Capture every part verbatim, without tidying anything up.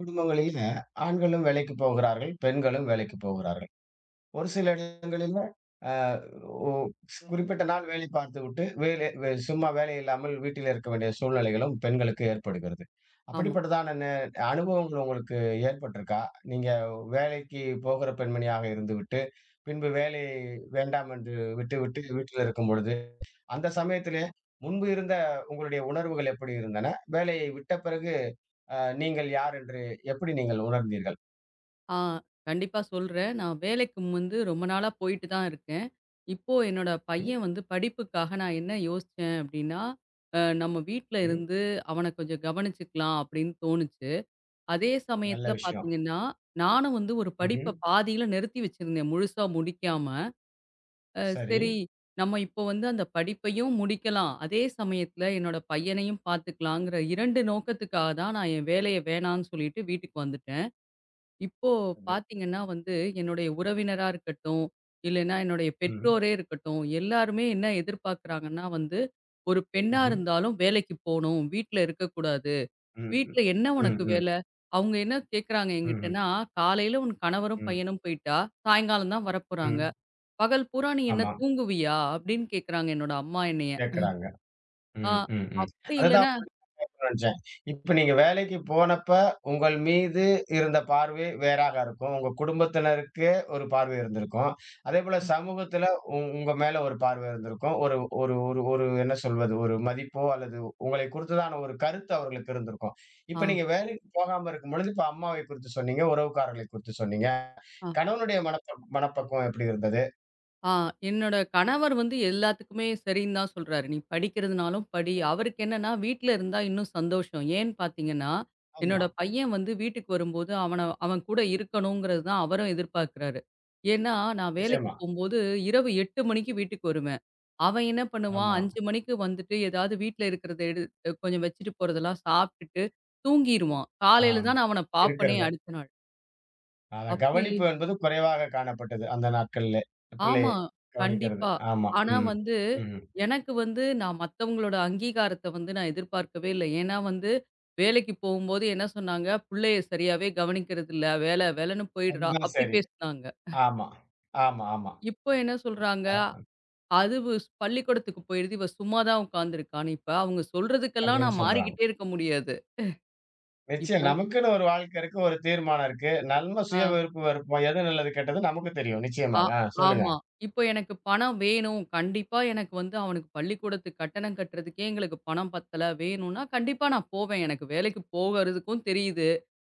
குடும்பங்களில ஆண்களும் வேலைக்கு போகிறார்கள், பெண்களும் வேலைக்கு போகிறார்கள். ஒரு சில இடங்களில அ ஒ குறிப்பிட்ட நாள் வேலை பார்த்துவிட்டு, வேலை வே சும்மா வேலை இல்லாமல் வீட்டில் இருக்க வேண்டிய சூழ்நிலைகளும் பெண்களுக்கு ஏற்படுகிறது. ஆமா. அப்படிப்பட்டதான நே அனுபவங்கள் உங்களுக்கு ஏற்பட்டிருக்கா? நீங்க வேலைக்கு போகிற பெண்மணியாக இருந்துவிட்டு, பின்பு வேலை வேண்டாம் என்று விட்டுவிட்டு வீட்டில் இருக்கும்பொழுது, அந்த சமயத்திலே முன்பு இருந்த உங்களுடைய உணர்வுகள் எப்படி இருந்தன? வேலையை விட்ட பிறகு அ நீங்கள் யார் என்று எப்படி நீங்கள் உணர்ந்தீர்கள்? ஆ கண்டிப்பா சொல்றேன். நான் வேலைக்கு வந்து ரொம்ப நாளா போயிட்டு தான் இருக்கேன். இப்போ என்னோட சரி, பையன் வந்து படிப்புக்காக நான் என்ன யோசிச்சேன் அப்டின்னா, அ நம்ம வீட்ல சரி. இருந்து அவன கொஞ்சம் கவனிச்சுக்கலாம் அப்டின்னு தோணுச்சு. அதே நல்ல சமயத்துல விஷயம். பார்த்தீங்கன்னா, நானும் வந்து ஒரு ம்ஹ்ம். படிப்ப பாதியில நிறுத்தி வச்சிருந்தேன். முழுசா முடிக்காம. அ சரி. சரி, நம்ம இப்போ வந்து அந்த படிப்பையும் முடிக்கலாம். அதே சமயத்துல என்னோட பையனையும் பார்த்துக்கலாங்கிற இரண்டு நோக்கத்துக்காக தான் நான் என் வேலைய வேணான்னு சொல்லிட்டு வீட்டுக்கு வந்துட்டேன். இப்போ அது. பார்த்தீங்கன்னா வந்து, என்னுடைய உறவினரா இருக்கட்டும், இல்லைன்னா என்னுடைய ம். பெற்றோரே இருக்கட்டும், எல்லாருமே என்ன எதிர்பார்க்குறாங்கன்னா வந்து, "ஒரு பெண்ணா ம்ஹ்ம். இருந்தாலும் வேலைக்கு போணும். வீட்ல இருக்கக்கூடாது. ம், ம். வீட்ல என்ன ம், உனக்கு ம். வேலை?" அவங்க என்ன கேட்குறாங்க ம், ம். என்கிட்டன்னா, "காலையில உன் கணவரும், பையனும் போயிட்டா, சாயங்காலம் தான் வரப்போறாங்க. ம். பகல் பூரா நீ என்ன ஆமா. தூங்குவியா?" அப்படின்னு கேட்குறாங்க என்னோட அம்மா என்னைய. கேட்கறாங்க. ஆ, ம், ம், ம். அப்படி அதுதான் இல்லன்னா நினைச்சேன். இப்ப நீங்க வேலைக்கு போனப்ப, உங்கள் மீது இருந்த பார்வை வேறாக இருக்கும். உங்க குடும்பத்தினருக்கு ஒரு பார்வை இருந்திருக்கும். அதேபோல சமூகத்துல உ உங்க மேல ஒரு பார்வை இருந்திருக்கும். ஒரு ஒரு ஒரு ஒரு என்ன சொல்வது? ஒரு மதிப்போ அல்லது உங்களை குறித்ததான ஒரு கருத்து அவர்களுக்கு இருந்திருக்கும். ஆ, இப்ப நீங்க வேலைக்கு போகாம இருக்கும்பொழுது, இப்ப அம்மாவை குறித்து சொன்னீங்க, உறவுக்காரர்களை குறித்து சொன்னீங்க. ஆ. கணவனுடைய மனப்ப மனப்பக்குவம் எப்படி இருந்தது? ஆ என்னோட கணவர் வந்து எல்லாத்துக்குமே சரின்னு தான் சொல்றாரு. "நீ படிக்கிறதுனாலும் படி." அவருக்கு என்னன்னா, வீட்ல இருந்தா இன்னும் சந்தோஷம். ஏன்னு பார்த்தீங்கன்னா, ஆமா. என்னோட பையன் வந்து வீட்டுக்கு வரும்போது அவன அவன் கூட இருக்கணுங்கிறது தான் அவரும் எதிர்பார்க்கிறாரு. ஏன்னா, நான் வேலைக்கு நிச்சயமா. போம்போது இரவு எட்டு மணிக்கு வீட்டுக்கு வருவேன். அவன் என்ன பண்ணுவான், ஆமா. அஞ்சு மணிக்கு வந்துட்டு ஏதாவது வீட்ல இருக்கிறத எடு அஹ் கொஞ்சம் வச்சுட்டு போறதெல்லாம் சாப்பிட்டுட்டு தூங்கிருவான். ஆ. காலையில தான் நான் அவன பார்ப்பனே இருக்கிறது. அடுத்த நாள். அதான் அப்படி கவனிப்பு என்பது குறைவாக காணப்பட்டது அந்த நாட்கள்ல. பிள்ளையை ஆமா. கவனிக்கிறது. கண்டிப்பா. ஆமா. ஆனா ம். வந்து, ம்ஹ்ம். எனக்கு வந்து நான் மத்தவங்களோட அங்கீகாரத்த வந்து நான் எதிர்பார்க்கவே இல்ல. ஏன்னா வந்து, வேலைக்கு போகும்போது என்ன சொன்னாங்க, "புள்ளைய சரியாவே கவனிக்கிறதில்ல. வேல வேலைன்னு போயிடுறா." அதுதான் அப்படி சரி. பேசுனாங்க. ஆமா. ஆமா, ஆமா. இப்போ என்ன சொல்றாங்க, அ "அது ஸ் பள்ளிக்கூடத்துக்கு போயிடுது. இவ சும்மா தான் உட்காந்துருக்கான்னு." இப்ப அவங்க சொல்றதுக்கெல்லாம் அப்படின்னு நான் சொல்றாங்க. மாறிக்கிட்டே இருக்க முடியாது. நிச்சயம் இப்போ நமக்குன்னு ஒரு வாழ்க்கை இருக்கு, ஒரு தீர்மானம் இருக்கு. நம்ம ஆ. சுய விருப்பு வெறுப்போம். எது நல்லது, கெட்டது நமக்கு தெரியும். ஆ நிச்சயமாக. ஆ, சொல்லுங்க. ஆமா. இப்போ எனக்கு பணம் வேணும். கண்டிப்பா எனக்கு வந்து அவனுக்கு பள்ளிக்கூடத்துக்கு கட்டணம் கட்டுறதுக்கே எங்களுக்கு பணம் பத்தல, வேணும்னா கண்டிப்பா நான் போவேன். எனக்கு வேலைக்கு போகறதுக்கும் தெரியுது.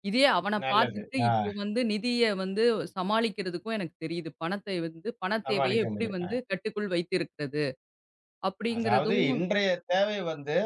இதே அவன நல்லது. பார்த்துக்கிட்டு ஆ, இப்போ வந்து நிதிய வந்து சமாளிக்கிறதுக்கும் எனக்கு தெரியுது. பணத்தை வந்து பணத் தேவைய சமாளிக்க எப்படி முடியும். அ வந்து கட்டுக்குள் வைத்திருக்கிறது அதாவது அப்படிங்கிறதும் இன்றைய தேவை வந்து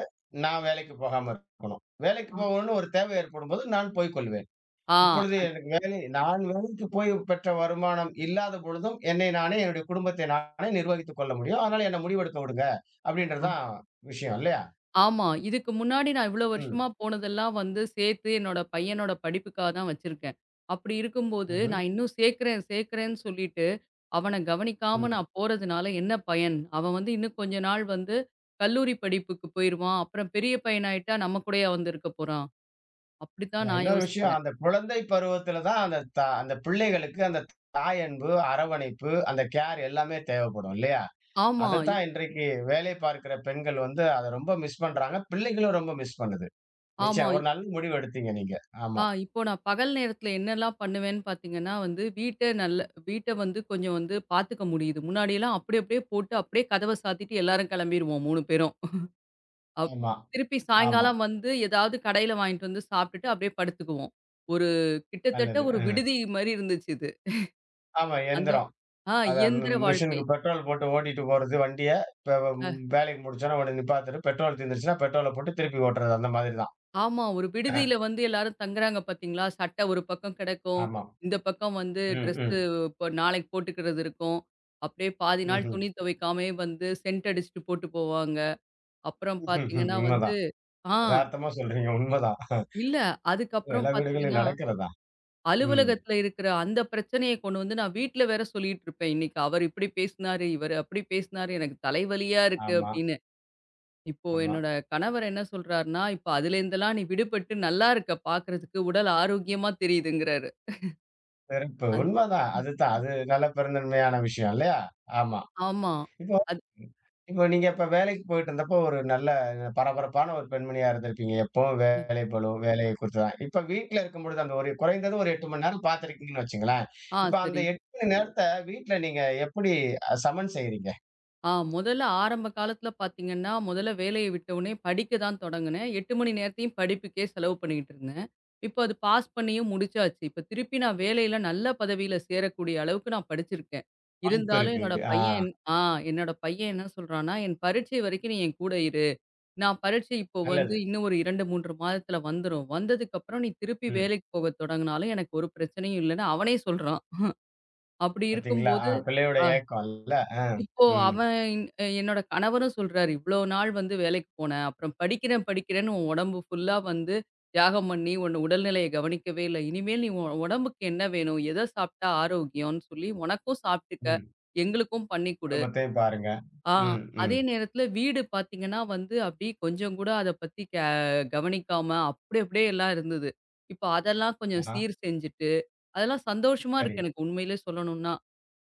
நான் வேலைக்கு போகாம இருக்கணும். வேலைக்கு அ போகணும்னு ஒரு தேவை ஏற்படும்போது நான் போய்க் கொள்வேன். ஆ இப்பொழுது எனக்கு வேலை நான் வேலைக்கு போய் பெற்ற வருமானம் இல்லாத பொழுதும், என்னை நானே, என்னுடைய குடும்பத்தை நானே நிர்வகித்துக் கொள்ள முடியும். அதனால என்ன, முடிவெடுக்க விடுங்க. அப்படின்றது அ தான் விஷயம் இல்லையா? ஆமா. இதுக்கு முன்னாடி நான் இவ்வளோ வருஷமா ம். போனதெல்லாம் வந்து சேர்த்து என்னோட பையனோட படிப்புக்காக தான் வச்சிருக்கேன். அப்படி இருக்கும்போது ம்ஹ்ம். நான் இன்னும் சேர்க்கிறேன் சேர்க்கிறேன்னு சொல்லிட்டு அவன கவனிக்காம ம். நான் போறதுனால என்ன பயன்? அவன் வந்து இன்னும் கொஞ்ச நாள் வந்து கல்லூரி படிப்புக்கு போயிருவான். அப்புறம் பெரிய பையனாயிட்டா நம்ம கூடயா வந்து இருக்க போறான்? அப்படித்தான் இல்ல, நான் இன்னொரு விஷயம். யோசிக்கிறேன். அந்த குழந்தை பருவத்தில தான் அந்த த அந்த பிள்ளைகளுக்கு அந்த தாயன்பு, அரவணைப்பு, அந்த கேர் எல்லாமே தேவைப்படும் இல்லையா? ஆமா, இ அதத்தான் இன்றைக்கு வேலை பார்க்கிற பெண்கள் வந்து அத ரொம்ப மிஸ் பண்றாங்க. பிள்ளைகளும் ரொம்ப மிஸ் பண்ணுது. ஆமா. நிச்சயம் இ- ஒரு நல்ல முடிவு எடுத்தீங்க நீங்க. ஆமா, ஆ இப்போ நான் பகல் நேரத்துல என்னலாம் பண்ணுவேன்னு பார்த்தீங்கன்னா வந்து, வீட்ட நல்ல வீட்ட வந்து கொஞ்சம் வந்து பார்த்துக்க முடியுது. முன்னாடிலாம் அப்படி அப்படியே போட்டு அப்படியே கதவ சாத்திட்டு எல்லாரும் கிளம்பிருவோம் மூணு பேரும். அப் ஆமா, திருப்பி ஆமா. சாயங்காலம் வந்து ஏதாவது கடையில வாங்கிட்டு வந்து சாப்பிட்டுட்டு அப்படியே படுத்துக்குவோம். ஒரு கிட்டத்தட்ட நல்லது. ஒரு ம். விடுதி மாரி இருந்துச்சு இது. ஆமா, அந்த எந்திரம். ஆ அத இயந்திர ம் வாழ்க்கை. மிஷினுக்கு பெட்ரோல் போட்டு ஓட்டிட்டு போறது வண்டிய, இப்ப வம் அ வேலைக்கு முடிச்சோன உடனே நிப்பாத்துட்டு, பெட்ரோல் தீர்ந்துருச்சுன்னா, பெட்ரோல போட்டு திருப்பி ஓட்டுறது. அந்த மாதிரி தான். ஆமா. ஒரு விடுதியில வந்து எல்லாரும் தங்குறாங்க பார்த்தீங்களா? சட்டை ஒரு பக்கம் கிடக்கும். ஆமாம். இந்த பக்கம் வந்து ம், ட்ரெஸ்ஸு ம். இப்போ நாளைக்கு போட்டுக்கிறது இருக்கும். அப்படியே பாதி நாள் ம்ஹ்ம். துணி துவைக்காமயே வந்து சென்ட் அடிச்சுட்டு போட்டு போவாங்க. அப்புறம் ம்ஹ்ஹ்ம். பார்த்தீங்கன்னா வந்து உண்மதான். ஆ எதார்த்தமா சொல்றீங்க. உண்மதான். இல்ல. அதுக்கப்புறம் எல்லா வீடுகளிலும் பார்த்தீங்கன்னா, நடக்கிறது தான். ம். அலுவலகத்தில இருக்கிற அந்த பிரச்சனைய கொண்டு வந்து நான் வீட்ல வேற சொல்லிட்டு இருப்பேன். இன்னைக்கு அவர் இப்படி பேசினாரு, இவர் அப்படி பேசினாரு, எனக்கு தலைவலியா இருக்கு ஆமா, அப்படின்னு. இப்போ ஆமா. என்னோட கணவர் என்ன சொல்றாருன்னா, "இப்ப அதுலேருந்தெல்லாம் நீ விடுபட்டு நல்லா இருக்க பார்க்கறதுக்கு. உடல் ஆரோக்கியமா தெரியுதுங்கிறாரு." சிறப்பு. அந் உண்மதான். அதுதான். அது நல்ல பெருந்தன்மையான விஷயம் இல்லையா? ஆமா. ஆமா. இப்போ அது இப்போ நீங்க இப்ப வேலைக்கு போயிட்டு இருந்தப்போ, ஒரு நல்ல பரபரப்பான ஒரு பெண்மணியா இருந்திருப்பீங்க. எப்பவும் அ வேலை பளு, வேலைய குறித்து தான். இப்ப வீட்ல இருக்கும்பொழுது, அந்த ஒரு குறைந்தது ஒரு எட்டு மணி நேரம் பார்த்திருக்கீங்கன்னு வச்சுங்களேன். ஆ இப்ப அந்த சரி. எட்டு மணி நேரத்த வீட்ல நீங்க எப்படி அ சமன் செய்றீங்க? ஆ முதல்ல ஆரம்ப காலத்துல பார்த்தீங்கன்னா, முதல்ல வேலைய விட்டவுனே படிக்க தான் தொடங்குனேன். எட்டு மணி நேரத்தையும் படிப்புக்கே செலவு பண்ணிட்டு இருந்தேன். இப்போ அது பாஸ் பண்ணியும் முடிச்சாச்சு. இப்ப திருப்பி நான் வேலையில நல்ல பதவியில சேரக்கூடிய அளவுக்கு நான் படிச்சிருக்கேன். வாய்ப்பு இருந்தாலும் இருக்கு. என்னோட ஆ, பையன் என்- ஆ என்னோட பையன் என்ன சொல்றான்னா, "என் பரீட்சை வரைக்கும் நீ என் கூட இரு." நான் பரீட்சை இப்போ வந்து நல்லது. இன்னும் ஒரு இரண்டு, மூன்று மாதத்துல வந்துரும். வந்ததுக்கப்புறம் நீ திருப்பி ம். வேலைக்கு போக தொடங்குனாலும் எனக்கு ஒரு பிரச்சனையும் இல்லன்னு அவனே சொல்றான். அப்படி பார்த்தீங்களா? ஆ, இருக்கும்போது, பிள்ளையோட அ ஏக்கம் இல்ல. ஆ. இப்போ ம். அவன் அஹ் என்னோட கணவரும் சொல்றாரு, "இவ்வளோ நாள் வந்து வேலைக்கு போன. அப்புறம் படிக்கிறேன் படிக்கிறேன்னு உன் உடம்பு ஃபுல்லா வந்து தியாகம் பண்ணி உன் உடல்நிலைய கவனிக்கவே இல்ல. இனிமேல் நீ உன் உடம்புக்கு என்ன வேணும்? எத சாப்பிட்டா ஆரோக்கியம்னு சொல்லி உனக்கும் சாப்பிட்டுக்க, ம். எங்களுக்கும் பண்ணி குடு." குடும்பத்தையும் பாருங்க. ஆ. ம். ம். அதே நேரத்துல வீடு பார்த்தீங்கன்னா வந்து, அப்படியே கொஞ்சம் கூட அத பத்தி க கவனிக்காம அப்படி அப்படியே எல்லாம் இருந்தது. இப்போ அதெல்லாம் கொஞ்சம் ஆஹா. சீர் செஞ்சுட்டு, அதெல்லாம் சந்தோஷமா சரி. இருக்கு எனக்கு உண்மையிலே சொல்லணும்னா.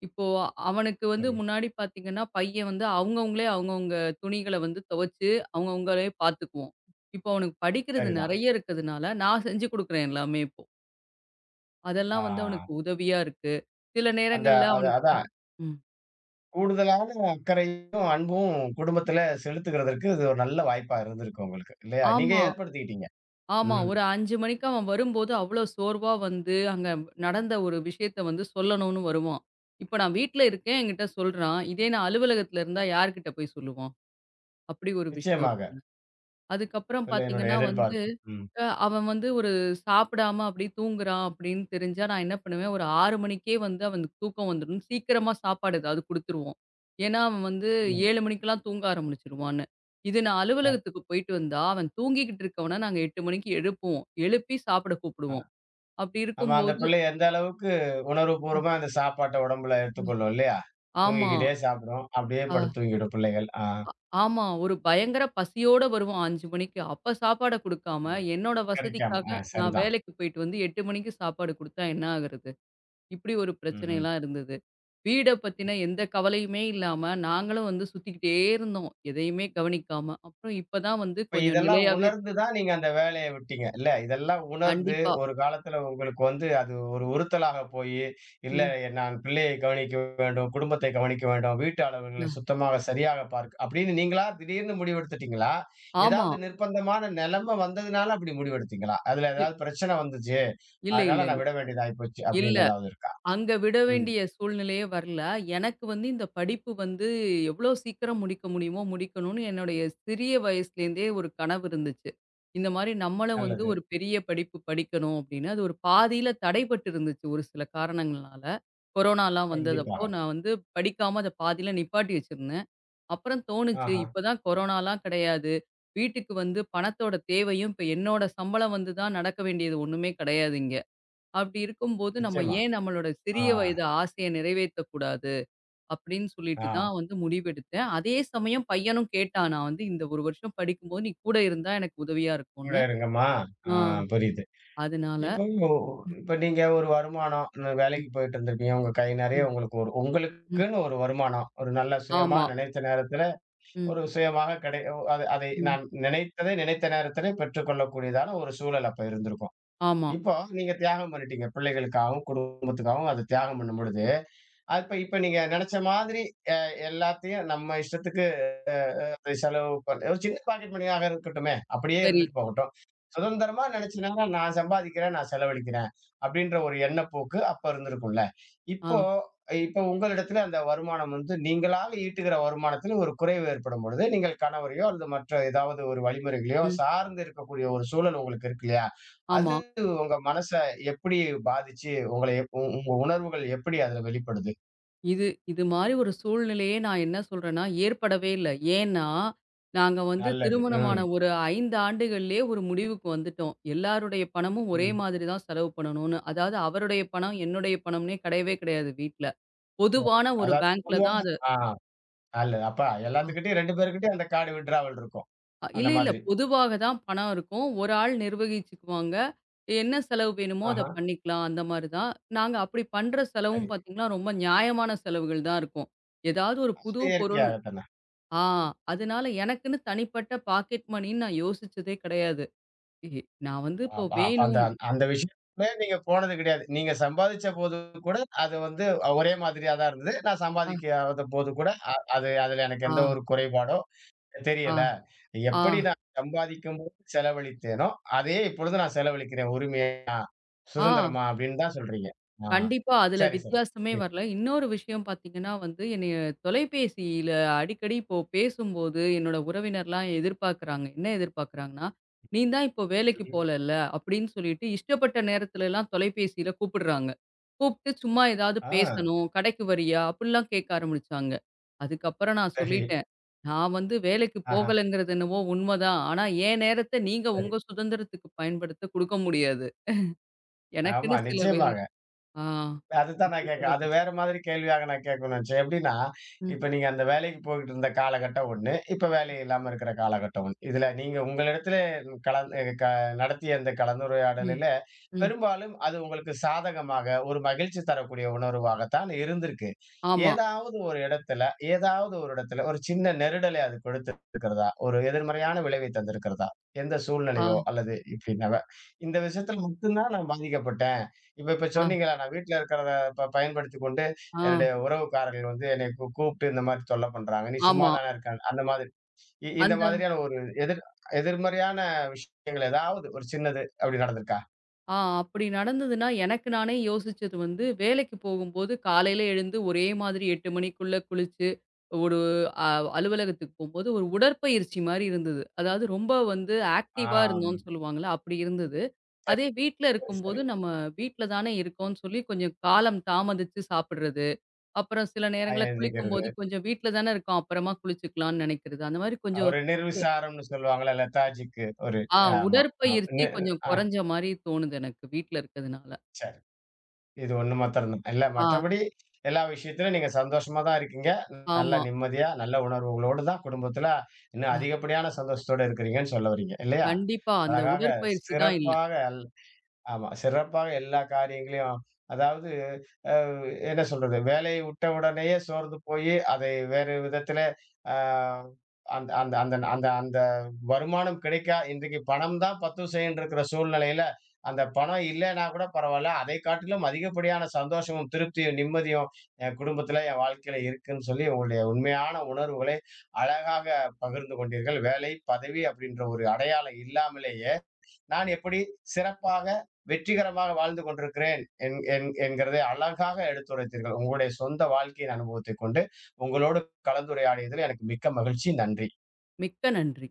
இப்போ அவனுக்கு வந்து புரியுது. முன்னாடி பார்த்தீங்கன்னா, பையன் வந்து அவங்கவங்களே அவங்கவங்க துணிகள வந்து துவைச்சு, அவங்கவங்களே பார்த்துக்குவோம். இப்போ அவனுக்கு படிக்கிறது சரிதான். நெறைய இருக்கிறதுனால, நான் செஞ்சு குடுக்குறேன் எல்லாமே இப்போ. ஆ அதெல்லாம் வந்து அவனுக்கு உதவியா இருக்கு. சில அந்த நேரங்கள்ல அது அவனுக்கு அதான். ம். கூடுதலான அக்கறையும், அன்பும் குடும்பத்தில செலுத்துகிறதற்கு இது ஒரு நல்ல வாய்ப்பா இருந்திருக்கு உங்களுக்கு. இல்லையா? நீங்க ஆமா. ஏற்படுத்திக்கிட்டீங்க. ஆமா. ம். ஒரு அஞ்சு மணிக்கு அவன் வரும்போது, அவ்ளோ சோர்வா வந்து, அங்க நடந்த ஒரு விஷயத்த வந்து சொல்லணும்னு வருவான். இப்ப நான் வீட்ல இருக்கேன், என்கிட்ட சொல்றான். இதே நான் அலுவலகத்துல இருந்தா யார்கிட்ட போய் சொல்லுவான்? அப்படி ஒரு விஷயம் நிச்சயமாக. இருக்குங்க. அதுக்கப்புறம் பிள்ளையினுடைய பார்த்தீங்கன்னா வந்து எதிர்பார்ப்பு. ம். அ அவன் வந்து ஒரு சாப்பிடாம அப்படியே தூங்குறான் அப்படின்னு தெரிஞ்சா, நான் என்ன பண்ணுவேன், ஒரு ஆறு மணிக்கே வந்து அவனுக்கு தூக்கம் வந்துரும். சீக்கிரமா சாப்பாடு ஏதாவது குடுத்துருவோம். ஏன்னா, அவன் வந்து ம். ஏழு மணிக்கெல்லாம் தூங்க ஆரம்பிச்சுருவான்னு. இது நான் அ அலுவலகத்துக்கு போயிட்டு வந்தா, அவன் தூங்கிக்கிட்டு இருக்கவன நாங்க எட்டு மணிக்கு எழுப்புவோம். எழுப்பி சாப்பிட அ கூப்பிடுவோம். அப்படி ஆமா, அந்த இருக்கும்போது பிள்ளை எந்த அளவுக்கு உணர்வுபூர்வமா அந்த சாப்பாட்ட உடம்புல ம். எடுத்துக்கொள்ளும் இல்லையா? ஆமா. தூங்கிக்கிட்டே சாப்பிடும். அப்படியே அ படுத்து தூங்கிடும் பிள்ளைகள். ஆ. ஆமா. ஒரு பயங்கர பசியோட வருவான் அஞ்சு மணிக்கு. அப்ப சாப்பாட குடுக்காம, ம். என்னோட கிடைக்காம. வசதிக்காக ஆ, நான் சரிதான். வேலைக்கு போயிட்டு வந்து எட்டு மணிக்கு சாப்பாடு குடுத்தா என்ன ஆகுறது? இப்படி ஒரு ம்ஹ்ம். பிரச்சனைலாம் இருந்தது. வீட பத்தின எந்த கவலையுமே இல்லாம, நாங்களும் வந்து சுத்திக்கிட்டே இருந்தோம். எதையுமே கவனிக்காம. அப்புறம் இப்ப தான் வந்து இப்ப கொஞ்சம் இதெல்லாம் நிலையாவே இருக்கு. உணர்ந்து தான் நீங்க அந்த வேலைய விட்டீங்க. இல்ல, இதெல்லாம் உணர்ந்து கண்டிப்பா. ஒரு காலத்துல உங்களுக்கு வந்து அது ஒரு உறுத்தலாக போயி, இல்ல ம். நான் பிள்ளையை கவனிக்க வேண்டும், குடும்பத்தை கவனிக்க வேண்டும், வீட்டு அளவுகளை அ சுத்தமாக சரியாக பார்க்க அப்படின்னு நீங்களா திடீர்னு முடிவெடுத்துட்டீங்களா? ஆமா. ஏதாவது நிர்பந்தமான நிலைமை வந்ததுனால அப்படி முடிவெடுத்தீங்களா? அதுல இ ஏதாவது பிரச்சனை வந்துச்சு, இல்ல, இல்ல, அதனால நான் இல்ல. விட வேண்டியதாயி போச்சு இல்ல. அப்படின்னு ஏதாவது இருக்கா? அங்க விட ம். வேண்டிய சூழ்நிலையே வரல. எனக்கு வந்து இந்த படிப்பு வந்து எவ்ளோ சீக்கிரம் முடிக்க முடியுமோ முடிக்கணும்னு என்னுடைய சிறிய வயசுலேருந்தே ஒரு கனவு இருந்துச்சு. இந்த மாரி நம்மளும் வந்து நல்லது. ஒரு பெரிய படிப்பு படிக்கணும் அப்படின்னு, அது ஒரு பாதியில தடைபட்டு இருந்துச்சு ஒரு சில காரணங்கள்னால. கொரோனாலாம் வந்ததப்போ கண்டிப்பாக. நான் வந்து படிக்காம அத பாதியில நிப்பாட்டி வச்சிருந்தேன். அப்புறம் தோணுச்சு ஆஹா. இப்பதான் கொரோனாலாம் கிடையாது. வீட்டுக்கு வந்து பணத்தோட தேவையும் இப்ப என்னோட சம்பளம் வந்து தான் நடக்க வேண்டியது ஒண்ணுமே கிடையாது இங்க. அப்படி இருக்கும்போது, நம்ம நிச்சயமா. ஏன் நம்மளோட ஆ, சிறிய வயது ஆசைய நிறைவேத்தக் கூடாது? அப்படின்னு சொல்லிட்டு ஆ. தான் வந்து முடிவெடுத்தேன். அதே சமயம் பையனும் கேட்டான். நான் வந்து இந்த ஒரு வருஷம் படிக்கும்போது நீ கூட இருந்தா எனக்கு உதவியா கூட இருக்கும்ன்னு. இருங்கம்மா. ஆ, ஆ புரியுது. அதனால இப்போ ம், இப்ப நீங்க ஒரு வருமானம் ந ம், வேலைக்கு போயிட்டு இருந்திருப்பீங்க. உங்க கை நெறைய ம், உங்களுக்கு ஒரு ம். உங்களுக்குன்னு ஒரு வருமானம். ஒரு நல்ல சுயமா ஆமா. நினைத்த நேரத்தில ம், ஒரு சுயமாக கிடை அது அதை ம். நான் நினைத்ததை நினைத்த நேரத்திலே பெற்றுக்கொள்ளக்கூடியதான ஒரு சூழல் அப்ப இருந்திருக்கும். ஆமா. இப்போ நீங்க தியாகம் பண்ணிட்டீங்க. பிள்ளைகளுக்காகவும், குடும்பத்துக்காகவும் அத தியாகம் பண்ணும்பொழுது, அப்ப இப்ப நீங்க நினைச்ச மாதிரி அ எல்லாத்தையும் நம்ம இஷ்டத்துக்கு அது செலவு பண் ஒரு சின்ன பாக்கெட் மணியாக இருக்கட்டுமே! அப்படியே சரி. இருந்துட்டு போகட்டும். சுதந்திரமா நினைச்சுனாங்கன்னா, நான் சம்பாதிக்கிறேன், நான் செலவழிக்கிறேன். அப்படின்ற ஒரு எண்ணப்போக்கு அப்ப இருந்திருக்கும்ல. ஆ. இப்போ இப்போ உங்களிடத்துல அந்த வருமானம் வந்து நீங்களாக ஈட்டுகிற வருமானத்துல ஒரு குறைவு ஏற்படும் பொழுது, நீங்கள் கணவரையோ அல்லது மற்ற ஏதாவது ஒரு வழிமுறைகளையோ ம். சார்ந்து இருக்கக்கூடிய ஒரு சூழல் உங்களுக்கு இருக்கு இல்லையா? அது ஆமா. உங்க மனச எப்படி பாதிச்சு, உங்கள எப் உ உங்க உணர்வுகள் எப்படி அதுல வெளிப்படுது? இது இது மாரி ஒரு சூழ்நிலையே நான் என்ன சொல்றேன்னா, ஏற்படவே இல்ல. ஏன்னா, நாங்க வந்து நல்லது. திருமணமான ம். ஒரு ஐந்து ஆண்டுகள்லயே ஒரு முடிவுக்கு வந்துட்டோம். எல்லாருடைய பணமும் ஒரே ம். மாதிரி தான் செலவு பண்ணணும்னு. அதாவது அவருடைய பணம், என்னுடைய பணம்னே கிடையவே கிடையாது வீட்ல. பொதுவான ஒரு அதாவது பேங்க்ல பொதுவாக. தான் அது. ஆ. அல்ல. அப்ப எல்லாத்துக்கிட்டயும் இரண்டு பேர்கிட்டயும் அந்த கார்டு வித்டிராவல் இருக்கும். அ அந்த இல்ல, இல்ல. மாதிரி. பொதுவாக தான் பணம் இருக்கும். ஒரு ஆள் நிர்வகிச்சுக்குவாங்க. என்ன செலவு வேணுமோ அத ஆஹா, பண்ணிக்கலாம். அந்த மாரி தான். நாங்க அப்படி பண்ற சரி. செலவும் பார்த்தீங்கன்னா, ரொம்ப நியாயமான செலவுகள் தான் இருக்கும். ஏதாவது ஒரு புது அது பொருள் இயற்கையாகத்தானே. ஆ. அதனால எனக்குன்னு தனிப்பட்ட பாக்கெட் மணின்னு நான் யோசிச்சதே கிடையாது. இ- நான் வந்து இப்போ அப்ப அப்ப அந்த வேணும். அந்த விஷயத்துக்குள்ளே நீங்க போனது கிடையாது. நீங்க சம்பாதிச்ச போது கூட அது வந்து ஒரே மாதிரியா தான் இருந்தது. நான் ஆ, சம்பாதிக்காத போது கூட அ அது அதுல எனக்கு ஆ, எந்த ஒரு குறைபாடோ ஆ, தெரியல. ஆ, எப்படி நான் சம்பாதிக்கும்போது செலவழித்தேனோ, அதையே இப்பொழுது நான் செலவழிக்கிறேன் உரிமையா, ஆ. சுதந்திரமா அப்படின்னு தான் சொல்றீங்க. ஆ. கண்டிப்பா. அதுல சரி, சரி. வித்தியாசமே வரல. இன்னொரு விஷயம் பார்த்தீங்கன்னா வந்து, என்னைய தொலைபேசியில அடிக்கடி இப்போ பேசும்போது, என்னோட உறவினர்லாம் எதிர்பார்க்குறாங்க. என்ன எதிர்பார்க்குறாங்கன்னா, "நீ தான் இப்போ வேலைக்கு புரியுது. ம். போலல்ல?" அப்படின்னு சொல்லிட்டு இஷ்டப்பட்ட நேரத்துலலாம் தொலைபேசியில கூப்பிடுறாங்க. கூப்பிட்டு சும்மா ஏதாவது ஆ, பேசணும், "கடைக்கு வரியா?" அப்படிலாம் கேட்க ஆரம்பிச்சாங்க. அதுக்கப்புறம் நான் சரி. சொல்லிட்டேன், "நான் வந்து வேலைக்கு ஆஹா, போகலங்கிறது என்னவோ உண்மதான். ஆனா என் நேரத்த நீங்க சரி. உங்க சுதந்திரத்துக்கு பயன்படுத்த குடுக்க முடியாது. ஆமா, எனக்குன்னு சில வேலை" நிச்சயமாக. ஆ. அதுதான் அப்டி நான் கேட்கிறேன். அது சொல்லிட்டு. வேற மாதிரி கேள்வியாக நான் கேட்கணும்னு நினைச்சேன். எப்படின்னா, ம், இப்ப நீங்க அந்த வேலைக்கு போயிட்டு இருந்த காலகட்டம் ஒண்ணு, இப்ப வேலை இல்லாம இருக்கிற காலகட்டம் ஒண்ணு. இதுல நீங்க உங்களிடத்திலே கலந்து க நடத்திய அந்த ம், கலந்துரையாடலில் ம். பெரும்பாலும் அது உங்களுக்கு சாதகமாக, ஒரு மகிழ்ச்சி தரக்கூடிய உணர்வாகத்தான் இருந்திருக்கு. ஆமா. ஏதாவது ஒரு இடத்துல, ஏதாவது ஒரு இடத்துல ஒரு சின்ன நெருடலை அது கொடுத்திருக்கிறதா? ஒரு எதிர்மறையான விளைவை தந்திருக்கிறதா? எந்த ஆ, சூழ்நிலையோ அல்லது இப்படின்னவ. இந்த விஷயத்துல மட்டும் தான் நான் பாதிக்கப்பட்டேன். இப்ப இப்ப ஆ, சொன்னீங்களா, நான் வீட்ல இருக்கிறத ப பயன்படுத்திக் கொண்டு ஆ. என்னுடைய உறவுக்காரர்கள் வந்து என்னை கூ கூப்பிட்டு இந்த மாரி தொல்ல பண்றாங்க. நீ சும்மா ஆமா. தானே இருக்க. அந்த மாதிரி. இ இந்த அந்த மாதிரியான ஒரு எதிர் எதிர்மறையான விஷயங்கள் ஏதாவது ஒரு சின்னது அப்படி நடந்திருக்கா? ஆ அப்படி நடந்ததுன்னா, எனக்கு நானே யோசிச்சது வந்து, வேலைக்கு போகும்போது காலையில எழுந்து ஒரே மாதிரி எட்டு மணிக்குள்ள குளிச்சு, ஒரு அ அலுவலகத்துக்கு போம்போது ஒரு உடற்பயிற்சி மாரி இருந்தது. அதாவது ரொம்ப வந்து ஆ. ஆக்டிவா இருந்தோம்னு சொல்லுவாங்கல்ல, அப்படி இருந்தது. அதே வீட்ல சரி, சரி. இருக்கும்போது, நம்ம வீட்ல தானே இருக்கோம்னு சொல்லி கொஞ்சம் காலம் தாமதிச்சு சாப்பிடுறது. அப்புறம் சில நேரங்கள்ல அயர்திகிறது. குளிக்கும்போது கொஞ்சம் வீட்ல தானே இருக்கோம். அப்புறமா குளிச்சுக்கலாம்ன்னு நெனைக்கிறது. அந்த மாரி கொஞ்சம் ஒரு நிர்விசாரம்ன்னு சொல்லுவாங்கல்ல, லெதார்ஜிக்கு ஒரு ஆ ஆமா. ஆம். உடற்பயிற்சி நி கொஞ்சம் ஆ, கொறஞ்ச மாரி தோணுது எனக்கு வீட்ல இருக்கதுனால. சரி. இது ஒண்ணு மாத்திரம் தான். இல்ல ஆ, மற்றபடி எல்லா விஷயத்திலும் நீங்க சந்தோஷமா தான் இருக்கீங்க. நல்ல ஆமா. நிம்மதியா, நல்ல உணர்வுகளோடு தான் குடும்பத்தில இன்னும் ஆ அதிகப்படியான சந்தோஷத்தோட இருக்கிறீங்கன்னு சொல்ல வர்றீங்க. இல்லையா? கண்டிப்பா. அந்த அழகாக, உடற்பயிற்சி தான் இல்ல. சிறப்பாக ஆமா. சிறப்பாக எல்லா காரியங்களையும் அதாவது அ என்ன சொல்றது? வேலையை விட்ட உடனேயே சோர்ந்து போயி, அதை வேறு விதத்தில அ அந்த அந்த அந்த அந்த அந்த வருமானம் கிடைக்கா இன்றைக்கு பணம் தான் பத்துசைன்னு இருக்கிற சூழ்நிலையில, அந்த பணம் இல்லன்னா கூட பரவால்ல. அதை காட்டிலும் அதிகப்படியான சந்தோஷமும், திருப்தியும், நிம்மதியும் என் குடும்பத்தில, என் வாழ்க்கையில இருக்குன்னு சொல்லி உங்களுடைய உண்மையான உணர்வுகளை அழகாக பகிர்ந்து கொண்டீர்கள். வேலை, பதவி அப்படின்ற ஒரு அடையாளம் இல்லாமலே நான் எப்படி சிறப்பாக வெற்றிகரமாக வாழ்ந்து கொண்டிருக்கிறேன் என்- என்- என்கிறதை அழகாக எடுத்துரைத்தீர்கள் உங்களுடைய சொந்த வாழ்க்கையின் அனுபவத்தை கொண்டு உங்களோடு கலந்துரையாடியதில் எனக்கு மிக்க மகிழ்ச்சி. நன்றி. மிக்க நன்றி.